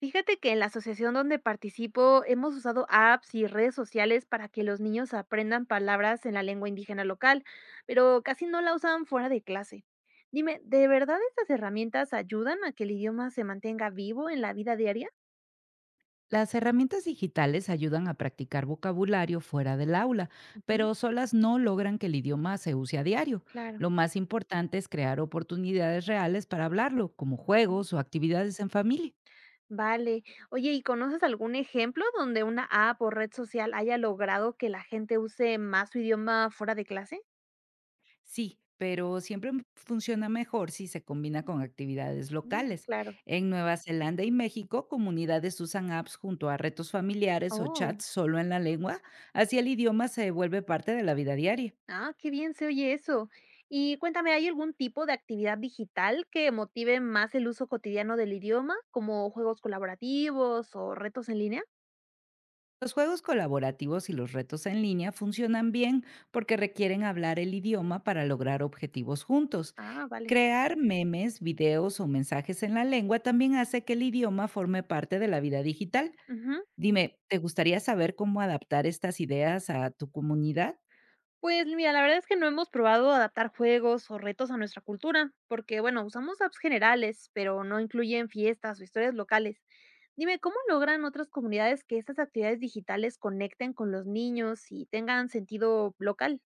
Fíjate que en la asociación donde participo hemos usado apps y redes sociales para que los niños aprendan palabras en la lengua indígena local, pero casi no la usan fuera de clase. Dime, ¿de verdad estas herramientas ayudan a que el idioma se mantenga vivo en la vida diaria? Las herramientas digitales ayudan a practicar vocabulario fuera del aula, Ujú, pero solas no logran que el idioma se use a diario. claro. Lo más importante es crear oportunidades reales para hablarlo, como Ujú. juegos o actividades en familia. Vale. Oye, ¿y conoces algún ejemplo donde una app o red social haya logrado que la gente use más su idioma fuera de clase? Sí, pero siempre funciona mejor si se combina con actividades locales. Claro. En Nueva Zelanda y México, comunidades usan apps junto a retos familiares o chats Oh. solo en la lengua, así el idioma se vuelve parte de la vida diaria. Ah, qué bien se oye eso. Y cuéntame, ¿hay algún tipo de actividad digital que motive más el uso cotidiano del idioma, como juegos colaborativos o retos en línea? Los juegos colaborativos y los retos en línea funcionan bien porque requieren hablar el idioma para lograr objetivos juntos. Ah, vale. Crear memes, videos o mensajes en la lengua también hace que el idioma forme parte de la vida digital. Ujú. Dime, ¿te gustaría saber cómo adaptar estas ideas a tu comunidad? Pues mira, la verdad es que no hemos probado adaptar juegos o retos a nuestra cultura, porque bueno, usamos apps generales, pero no incluyen fiestas o historias locales. Dime, ¿cómo logran otras comunidades que estas actividades digitales conecten con los niños y tengan sentido local?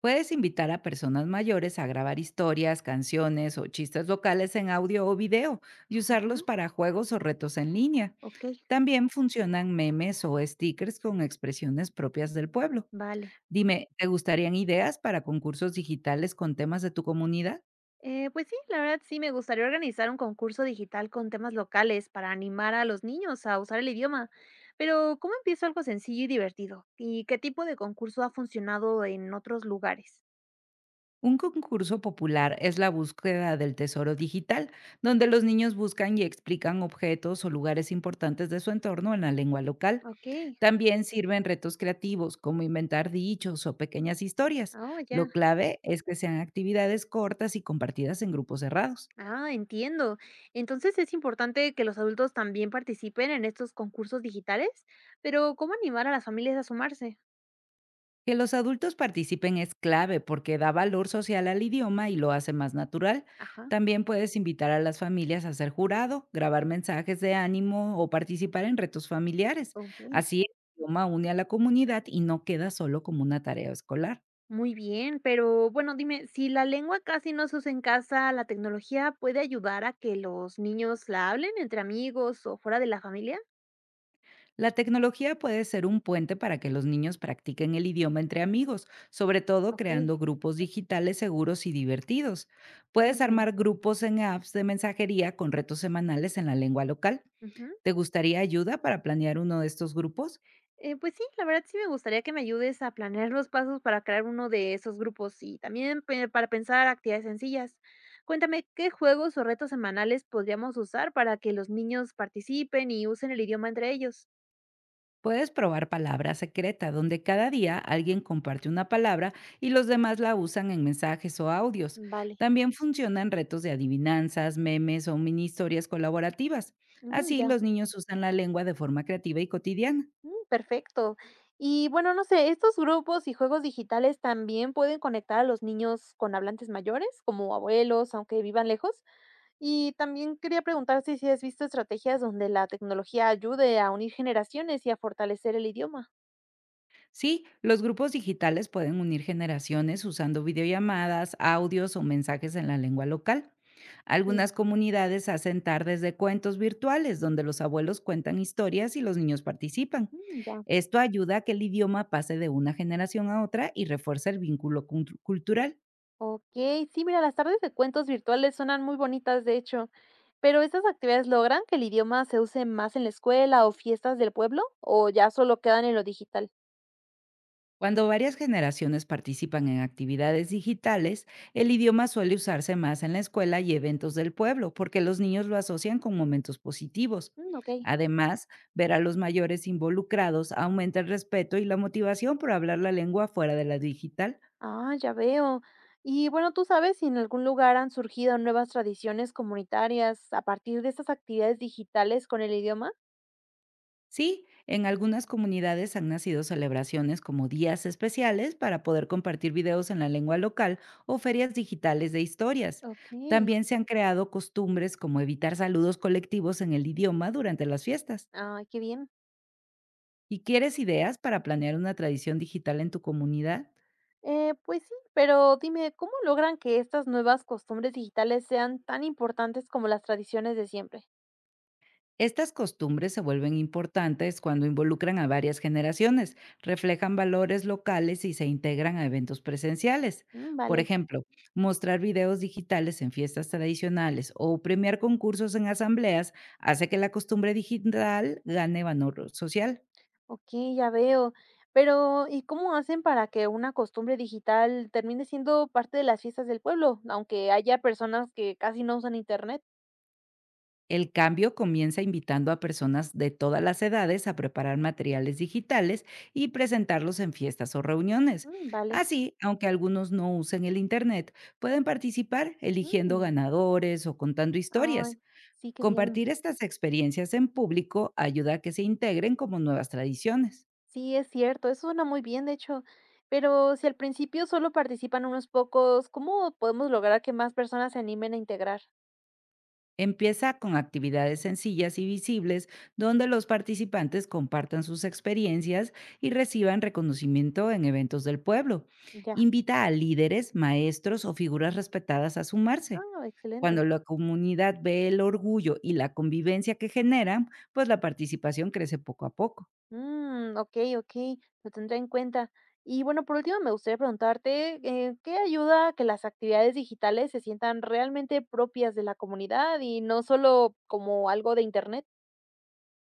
Puedes invitar a personas mayores a grabar historias, canciones o chistes locales en audio o video y usarlos Ujú. para juegos o retos en línea. Ok, También funcionan memes o stickers con expresiones propias del pueblo. vale. Dime, ¿te gustarían ideas para concursos digitales con temas de tu comunidad? Pues sí, la verdad sí, me gustaría organizar un concurso digital con temas locales para animar a los niños a usar el idioma. Pero, ¿cómo empiezo algo sencillo y divertido? ¿Y qué tipo de concurso ha funcionado en otros lugares? Un concurso popular es la búsqueda del tesoro digital, donde los niños buscan y explican objetos o lugares importantes de su entorno en la lengua local. Ok, También sirven retos creativos, como inventar dichos o pequeñas historias. oh, ya. Lo clave es que sean actividades cortas y compartidas en grupos cerrados. Ah, entiendo. Entonces es importante que los adultos también participen en estos concursos digitales, pero ¿cómo animar a las familias a sumarse? Que los adultos participen es clave porque da valor social al idioma y lo hace más natural. Ajá, También puedes invitar a las familias a ser jurado, grabar mensajes de ánimo o participar en retos familiares. ok. Así el idioma une a la comunidad y no queda solo como una tarea escolar. Muy bien, pero bueno, dime, si la lengua casi no se usa en casa, ¿la tecnología puede ayudar a que los niños la hablen entre amigos o fuera de la familia? La tecnología puede ser un puente para que los niños practiquen el idioma entre amigos, sobre todo Ok, creando grupos digitales seguros y divertidos. muy Puedes bien. armar grupos en apps de mensajería con retos semanales en la lengua local. Ujú. ¿Te gustaría ayuda para planear uno de estos grupos? Pues sí, la verdad sí me gustaría que me ayudes a planear los pasos para crear uno de esos grupos y también para pensar actividades sencillas. Cuéntame, ¿qué juegos o retos semanales podríamos usar para que los niños participen y usen el idioma entre ellos? Puedes probar palabra secreta, donde cada día alguien comparte una palabra y los demás la usan en mensajes o audios. Vale. También funcionan retos de adivinanzas, memes o mini historias colaborativas. Así Ya. los niños usan la lengua de forma creativa y cotidiana. Perfecto. Y bueno, no sé, ¿estos grupos y juegos digitales también pueden conectar a los niños con hablantes mayores, como abuelos, aunque vivan lejos? Y también quería preguntarte si has visto estrategias donde la tecnología ayude a unir generaciones y a fortalecer el idioma. Sí, los grupos digitales pueden unir generaciones usando videollamadas, audios o mensajes en la lengua local. Sí, Algunas comunidades hacen tardes de cuentos virtuales, donde los abuelos cuentan historias y los niños participan. Ya. Esto ayuda a que el idioma pase de una generación a otra y refuerza el vínculo cultural. Ok, sí, mira, las tardes de cuentos virtuales suenan muy bonitas, de hecho. Pero ¿estas actividades logran que el idioma se use más en la escuela o fiestas del pueblo? ¿O ya solo quedan en lo digital? Cuando varias generaciones participan en actividades digitales, el idioma suele usarse más en la escuela y eventos del pueblo, porque los niños lo asocian con momentos positivos. Ok. Además, ver a los mayores involucrados aumenta el respeto y la motivación por hablar la lengua fuera de la digital. Ah, ya veo. Y bueno, ¿tú sabes si en algún lugar han surgido nuevas tradiciones comunitarias a partir de estas actividades digitales con el idioma? Sí, en algunas comunidades han nacido celebraciones como días especiales para poder compartir videos en la lengua local o ferias digitales de historias. Ok, También se han creado costumbres como evitar saludos colectivos en el idioma durante las fiestas. ah, qué bien. ¿Y quieres ideas para planear una tradición digital en tu comunidad? Pues sí, pero dime, ¿cómo logran que estas nuevas costumbres digitales sean tan importantes como las tradiciones de siempre? Estas costumbres se vuelven importantes cuando involucran a varias generaciones, reflejan valores locales y se integran a eventos presenciales. Por Vale, ejemplo, mostrar videos digitales en fiestas tradicionales o premiar concursos en asambleas hace que la costumbre digital gane valor social. ok, ya veo. Pero, ¿y cómo hacen para que una costumbre digital termine siendo parte de las fiestas del pueblo, aunque haya personas que casi no usan internet? El cambio comienza invitando a personas de todas las edades a preparar materiales digitales y presentarlos en fiestas o reuniones. Vale. Así, aunque algunos no usen el Internet, pueden participar eligiendo Mm. ganadores o contando Ay, historias. sí, qué bien. Compartir estas experiencias en público ayuda a que se integren como nuevas tradiciones. Sí, es cierto, eso suena muy bien, de hecho. Pero si al principio solo participan unos pocos, ¿cómo podemos lograr que más personas se animen a integrar? Empieza con actividades sencillas y visibles donde los participantes compartan sus experiencias y reciban reconocimiento en eventos del pueblo. Ya. Invita a líderes, maestros o figuras respetadas a sumarse. Ah, excelente. Cuando la comunidad ve el orgullo y la convivencia que generan, pues la participación crece poco a poco. Ok, ok, lo tendré en cuenta. Y bueno, por último, me gustaría preguntarte, ¿qué ayuda a que las actividades digitales se sientan realmente propias de la comunidad y no solo como algo de internet?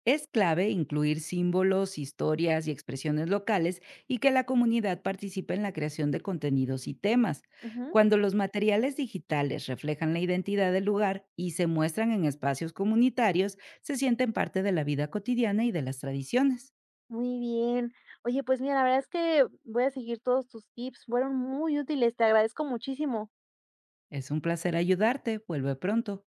Es clave incluir símbolos, historias y expresiones locales y que la comunidad participe en la creación de contenidos y temas. Cuando los materiales digitales reflejan la identidad del lugar y se muestran en espacios comunitarios, se sienten parte de la vida cotidiana y de las tradiciones. Muy bien. Oye, pues mira, la verdad es que voy a seguir todos tus tips. Fueron muy útiles. Te agradezco muchísimo. Es un placer ayudarte. Vuelve pronto.